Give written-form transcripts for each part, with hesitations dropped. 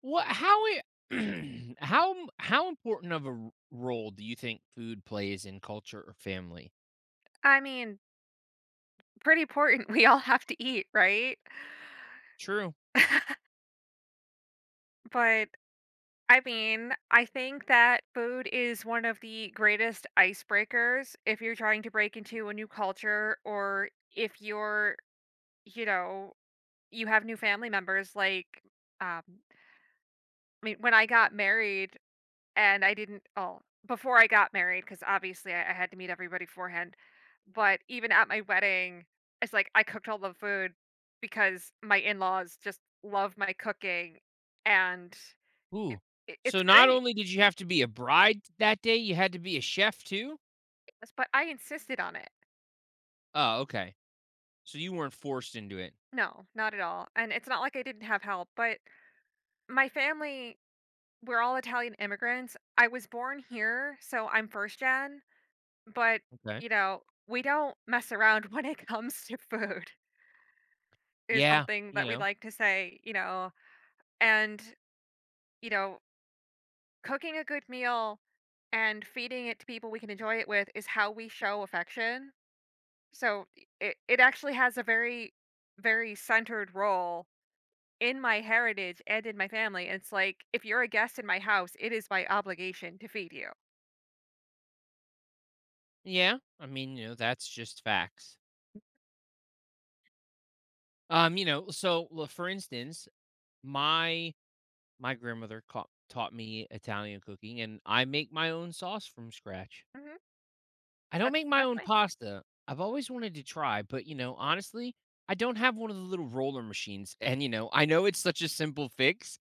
What how it how important of a r role do you think food plays in culture or family? I mean, pretty important. We all have to eat, right? True. But I mean, I think that food is one of the greatest icebreakers if you're trying to break into a new culture or if you're, you know, you have new family members. Like, um, I mean, when I got married, And I didn't oh, before I got married, because obviously I had to meet everybody beforehand, but even at my wedding, it's like I cooked all the food because my in-laws just love my cooking, and it Ooh. it So it's not great, only did you have to be a bride that day, you had to be a chef too? s but I insisted on it. Oh, okay. So you weren't forced into it. No, not at all, and it's not like I didn't have help, but my family, we're all Italian immigrants. I was born here, so I'm first gen, but, Okay. you know, we don't mess around when it comes to food. Is Yeah, something that you we'd know. like to say, and, you know, cooking a good meal and feeding it to people we can enjoy it with is how we show affection. So it actually has a very, very centered role in my heritage and in my family, and it's like, if you're a guest in my house, it is my obligation to feed you. Yeah. That's just facts. You know, so l For instance, my my grandmother caught taught me Italian cooking, and I make my own sauce from scratch. Mhm. I don't That's make the my best own way. pasta. I've always wanted to try, but honestly, I don't have one of the little roller machines. And I know it's such a simple fix.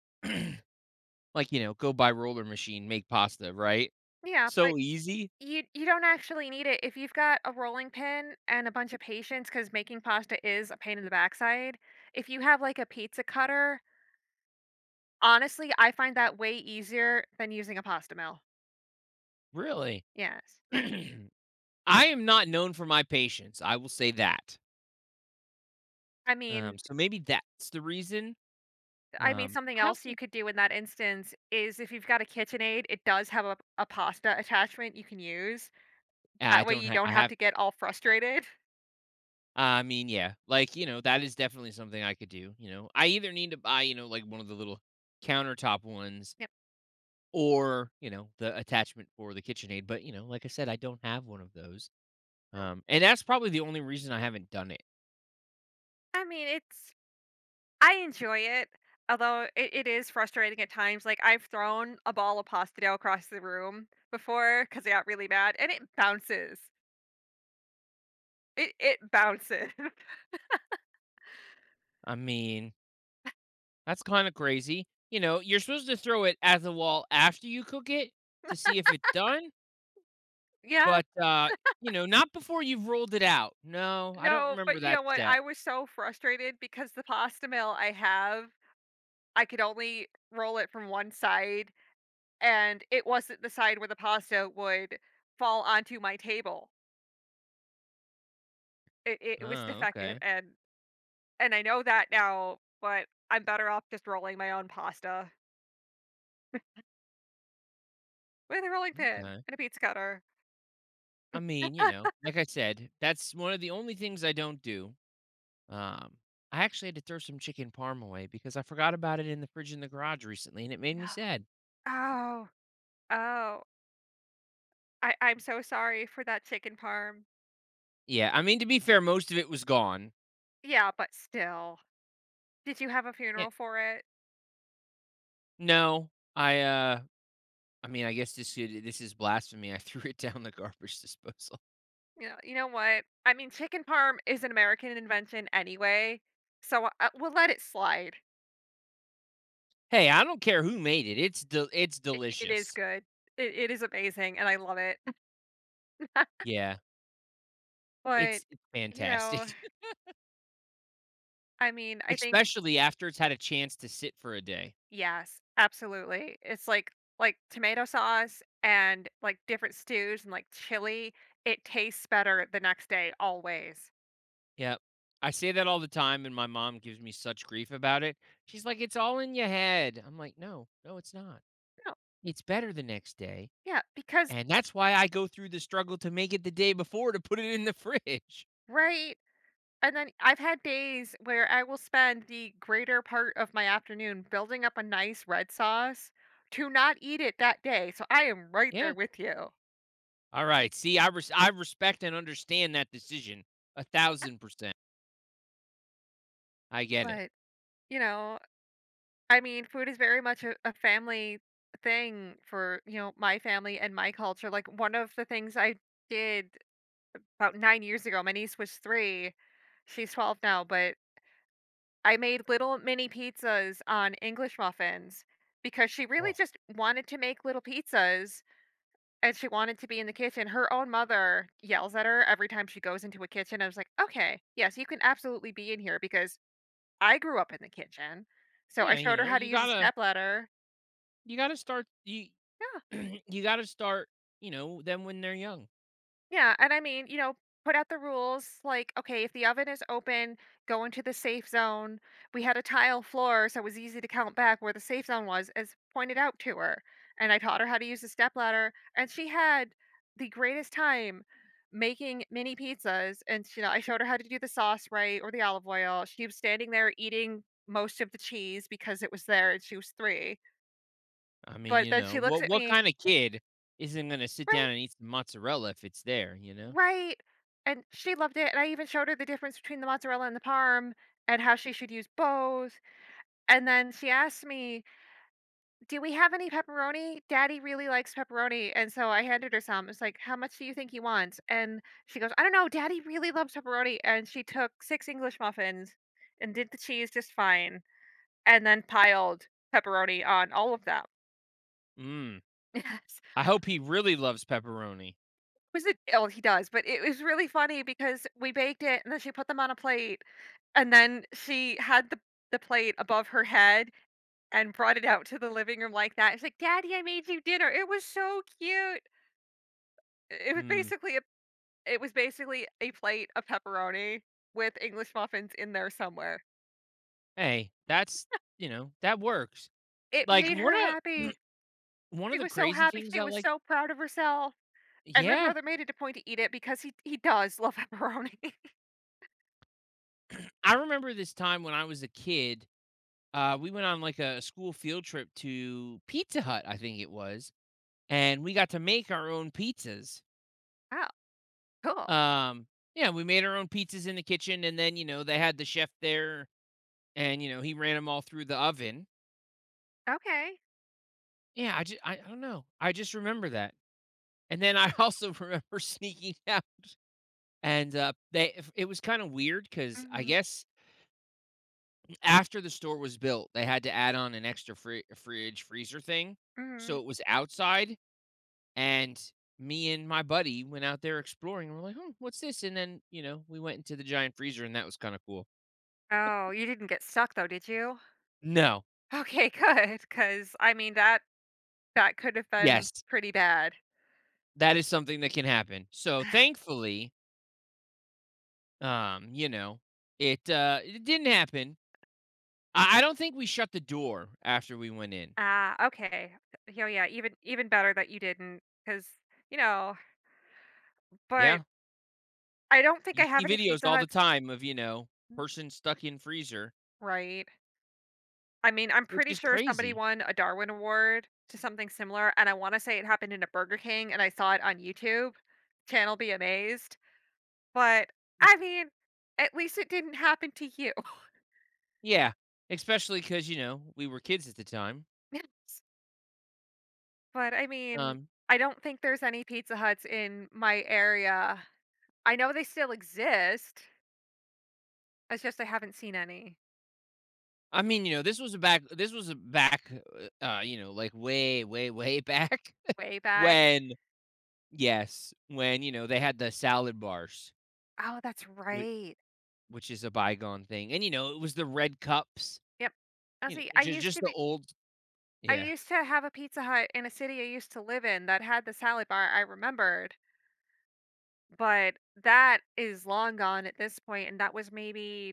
go buy roller machine, make pasta, right? Yeah, but So easy. you don't actually need it if you've got a rolling pin and a bunch of patience because making pasta is a pain in the backside. If you have, like, a pizza cutter, honestly, I find that way easier than using a pasta mill. Really? Yes. I am not known for my patience. I will say that. I Um, mean so maybe that's the reason. I mean, something I else you also could do in that instance is if you've got a KitchenAid, it does have a pasta attachment you can use. yeah, I That way don't you don't have have to get all frustrated. I mean, yeah, that is definitely something I could do. I either need to buy, like one of the little countertop ones Yep. or the attachment for the KitchenAid. But like I said, I don't have one of those, and that's probably the only reason I haven't done it. I mean, it's I enjoy it, although it is frustrating at times. Like I've thrown a ball of pasta dough across the room before because I got really mad, and it bounces. It bounces. I mean, that's kind of crazy. You're supposed to throw it at the wall after you cook it to see if it's done, Yeah, but not before you've rolled it out. No, I don't no, but remember you that know what? step. I was so frustrated because the pasta mill I have, I could only roll it from one side, and it wasn't the side where the pasta would fall onto my table. It was Oh, defective, okay, and I know that now, but I'm better off just rolling my own pasta. With a rolling pin okay. and a pizza cutter. Ah, Like I said, that's one of the only things I don't do. Um, I actually had to throw some chicken parm away because I forgot about it in the fridge in the garage recently, and it made no. me sad. Oh, oh. I'm so sorry for that chicken parm. Yeah, I mean, to be fair, most of it was gone. Yeah, but still. Did you have a Yeah, funeral for it? no, I uh, I mean, this is blasphemy. I threw it down the garbage disposal. You know what? I mean, chicken parm is an American invention anyway, so, we'll let it slide. Hey, I don't care who made it. It's It is delicious. good. It is amazing, and I love it. Yeah, But, it's you fantastic, know, I mean, I think. especially after it's had a chance to sit for a day. Yes, absolutely. It's like tomato sauce and like different stews and like chili, it tastes better the next day always. Yep. I say that all the time, and my mom gives me such grief about it. She's like, "It's all in your head." I'm like, "No, no, it's not." No, It's better the next day, yeah, because. and that's why I go through the struggle to make it the day before to put it in the fridge. Right, and then I've had days where I will spend the greater part of my afternoon building up a nice red sauce to not eat it that day. So I am right Yeah. there with you. All right. See, I respect and understand that decision 1,000%. I get it. But, you know, I mean, food is very much a family thing for, my family and my culture. Like one of the things I did about 9 years ago, my niece was three, she's 12 now, but I made little mini pizzas on English muffins because she really Oh. just wanted to make little pizzas and she wanted to be in the kitchen. Her own mother yells at her every time she goes into a kitchen. I was like, okay, yes, you can absolutely be in here because I grew up in the kitchen. So I Yeah, showed her how to use a stepladder. you gotta start you Yeah. you gotta start, them when they're young. Yeah, and I mean, put out the rules like, okay, if the oven is open, go into the safe zone. We had a tile floor, so it was easy to count back where the safe zone was, as pointed out to her. And I taught her how to use a stepladder, and she had the greatest time making mini pizzas. And I showed her how to do the sauce right or the olive oil. She was standing there eating most of the cheese because it was there, and she was three. I mean, But then she looks at what me, kinda kid isn't gonna sit right? down and eat some mozzarella if it's there, you know? Right, and she loved it, and I even showed her the difference between the mozzarella and the parm and how she should use both, and then she asked me, "Do we have any pepperoni? Daddy really likes pepperoni," and so I handed her some, it's like, "How much do you think he wants?" And she goes, "I don't know, Daddy really loves pepperoni," and she took 6 English muffins and did the cheese just fine and then piled pepperoni on all of them. Mm. Yes. I hope he really loves pepperoni. He does, but it was really funny because we baked it and then she put them on a plate, and then she had the plate above her head and brought it out to the living room like that. She's like, "Daddy, I made you dinner." It was so cute. it was Mm. basically a it was basically a plate of pepperoni with English muffins in there somewhere. Hey, that's that works. It Like, made one her of happy. One She of the was so crazy happy, things she I was like so proud of herself, and my yeah. brother made it a point to eat it because he does love pepperoni. I remember this time when I was a kid, we went on, like, a school field trip to Pizza Hut, I think it was, and we got to make our own pizzas. Oh, cool. Um, yeah, we made our own pizzas in the kitchen, and then, they had the chef there, and, he ran them all through the oven. Okay. Yeah, I don't know. I just remember that. And then I also remember sneaking out, and, they it was kinda weird weird because I Mhm. guess after the store was built, they had to add on an extra fridge, freezer thing, so Mhm. it was outside, and me and my buddy went out there exploring, and we're like, "Hmm, what's this?" And then, we went into the giant freezer, and that was kinda cool. Oh, you didn't get stuck though, did you? No. Okay, good, because I mean that could have been Yes. pretty bad. That is something that can happen. So, thankfully, um, you know, it, it didn't happen. I don't think we shut the door after we went in. Ah, okay. Yeah, yeah, even better that you didn't, not because you know, but Yeah. I don't think You I have see any videos Pizza all the Huts. time of, Mm, person stuck in freezer, right. I mean, I'm which pretty is sure somebody crazy. won a Darwin Award to something similar, and I wanna say it happened in a Burger King and I saw it on YouTube, channel be amazed, but I mean, at least it didn't happen to you. Yeah, especially because we were kids at the time. But, I mean, Um, I don't think there's any Pizza Huts in my area. I know they still exist, it's just I haven't seen any. I mean, this was a back, like way, way, way back Way back. when yes, when, they had the salad bars, Oh, that's which right. which is a bygone thing, and, it was the red cups, Yep. I see, just the old I yeah, used to have a Pizza Hut in a city I used to live in that had the salad bar, I remembered, but that is long gone at this point, and that was maybe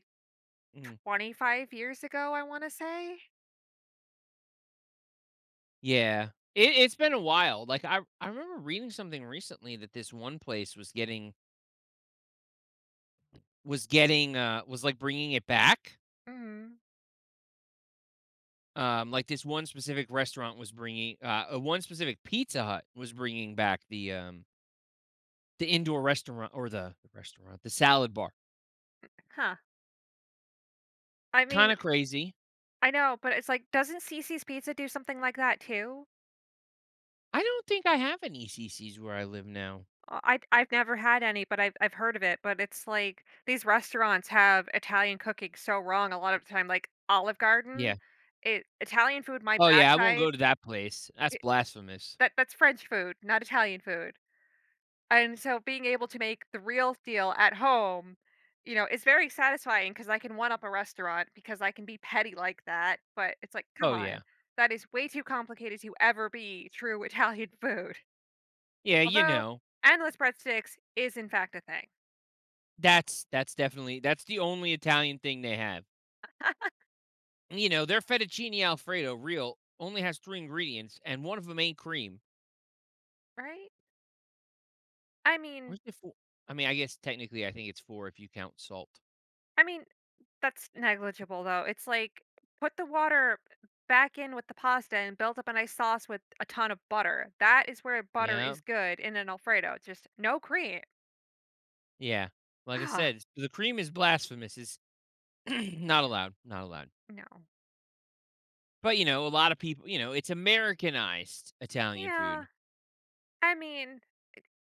mhm, 25 years ago, I wanna say? yeah. It it's been a while, like, I remember reading something recently that this one place was getting was, like, bringing it back. Mhm. Like this one specific restaurant was bringing, one specific Pizza Hut was bringing back the indoor restaurant or the restaurant, the salad bar. Huh. I mean, Kind of crazy. I know, but it's like, doesn't Cece's Pizza do something like that too? I don't think I have an ECCs where I live now. I've never had any, but I've heard of it, but it's like these restaurants have Italian cooking so wrong a lot of the time, like Olive Garden, Yeah. it Italian food my Oh yeah, I won't backside, go to that place. That's it, blasphemous. that that's French food, not Italian food. And so being able to make the real deal at home, is very satisfying because I can one up a restaurant because I can be petty like that, but it's like, come Oh on. yeah. That is way too complicated to ever be true Italian food. Yeah, you Although know. endless breadsticks is in fact a thing, That's definitely that's the only Italian thing they have. You know, their fettuccine alfredo real only has three ingredients, and one of them ain't cream. right? I Or mean is it four? I mean, I guess technically I think it's four if you count salt. I mean, that's negligible though. It's like put the water back in with the pasta and build up a nice sauce with a ton of butter. That is where butter Yeah, is good in an alfredo. Just no cream. yeah. Like I Ah. said, s the cream is blasphemous, it's not allowed, not allowed. No. But, a lot of people you know, it's Americanized Italian Yeah, food. I mean,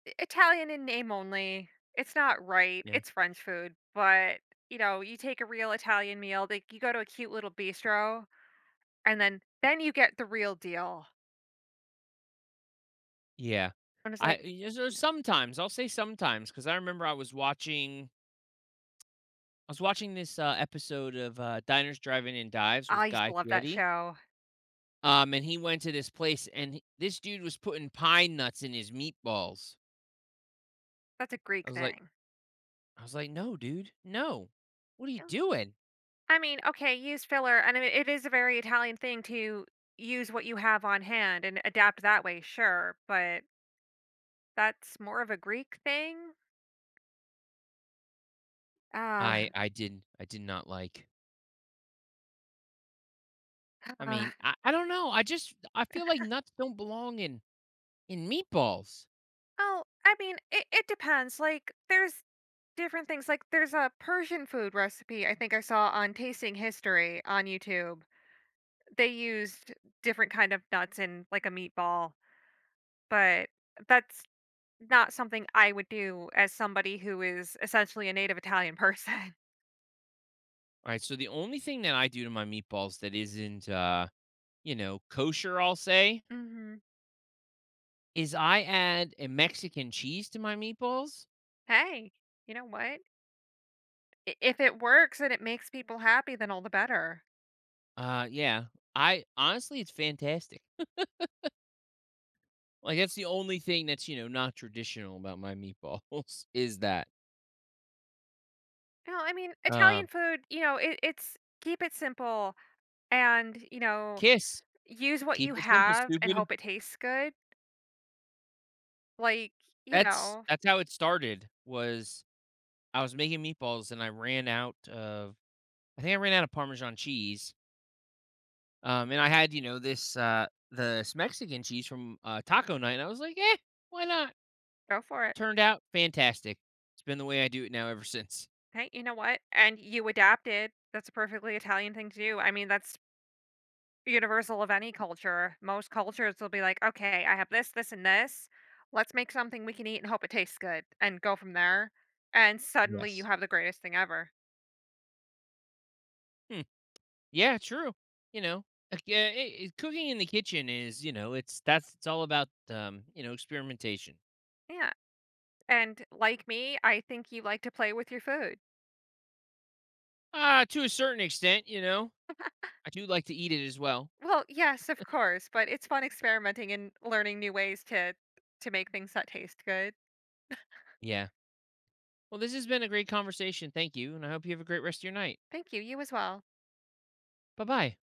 I Italian in name only. It's not right. Yeah, It's French food, but, you take a real Italian meal, like, you go to a cute little bistro, and then you get the real deal. yeah. And it's like, So "No." sometimes, I'll say sometimes because I was watching this, episode of, Diners, Drive-In and Dives I with used to Guy love that Fieri, show. And he went to this place, and he this dude was putting pine nuts in his meatballs. That's a I Greek was like thing. I was like, "No, dude, no. What are you Yeah. doing?" I mean, okay, use filler, and I mean, it is a very Italian thing to use what you have on hand and adapt that way, sure, but that's more of a Greek thing. Uh, I did not like I uh, mean, I don't know. I feel like nuts don't belong in meatballs. oh, I mean, it depends. Like, there's different things. Like, there's a Persian food recipe I think I saw on Tasting History on YouTube. They used different kind of nuts in like a meatball, but that's not something I would do as somebody who is essentially a native Italian person. All right, so the only thing that I do to my meatballs that isn't kosher, I'll say, hmm is I add a Mexican cheese to my meatballs. Hey, you know what? If it works and it makes people happy, then all the better. Yeah. I Honestly, it's fantastic. Like that's the only thing that's, not traditional about my meatballs is that. No, I mean, Italian Um food, it's keep it simple and, Kiss, use what keep you it simple, have and stupid. hope it tastes good. Like, you know, That's how it started was I was making meatballs and I ran out of I think I ran out of Parmesan cheese. And I had, this this Mexican cheese from taco night, and I was like, eh, why not? go for it. Turned out fantastic. It's been the way I do it now ever since. Hey, you know what? And you adapted. That's a perfectly Italian thing to do. I mean, that's universal of any culture. Most cultures will be like, okay, I have this, this, and this. Let's make something we can eat and hope it tastes good and go from there. And suddenly you Yes. have the greatest thing ever. Hmm. Yeah, true. You know, like, cooking in the kitchen is, it's all about experimentation. Yeah, and like me, I think you like to play with your food. Uh, to a certain extent, you know, I do like to eat it as well. Well, yes, of course, but it's fun experimenting and learning new ways to make things that taste good. Yeah. Well, this has been a great conversation. Thank you, and I hope you have a great rest of your night. Thank you. You as well. Bye bye.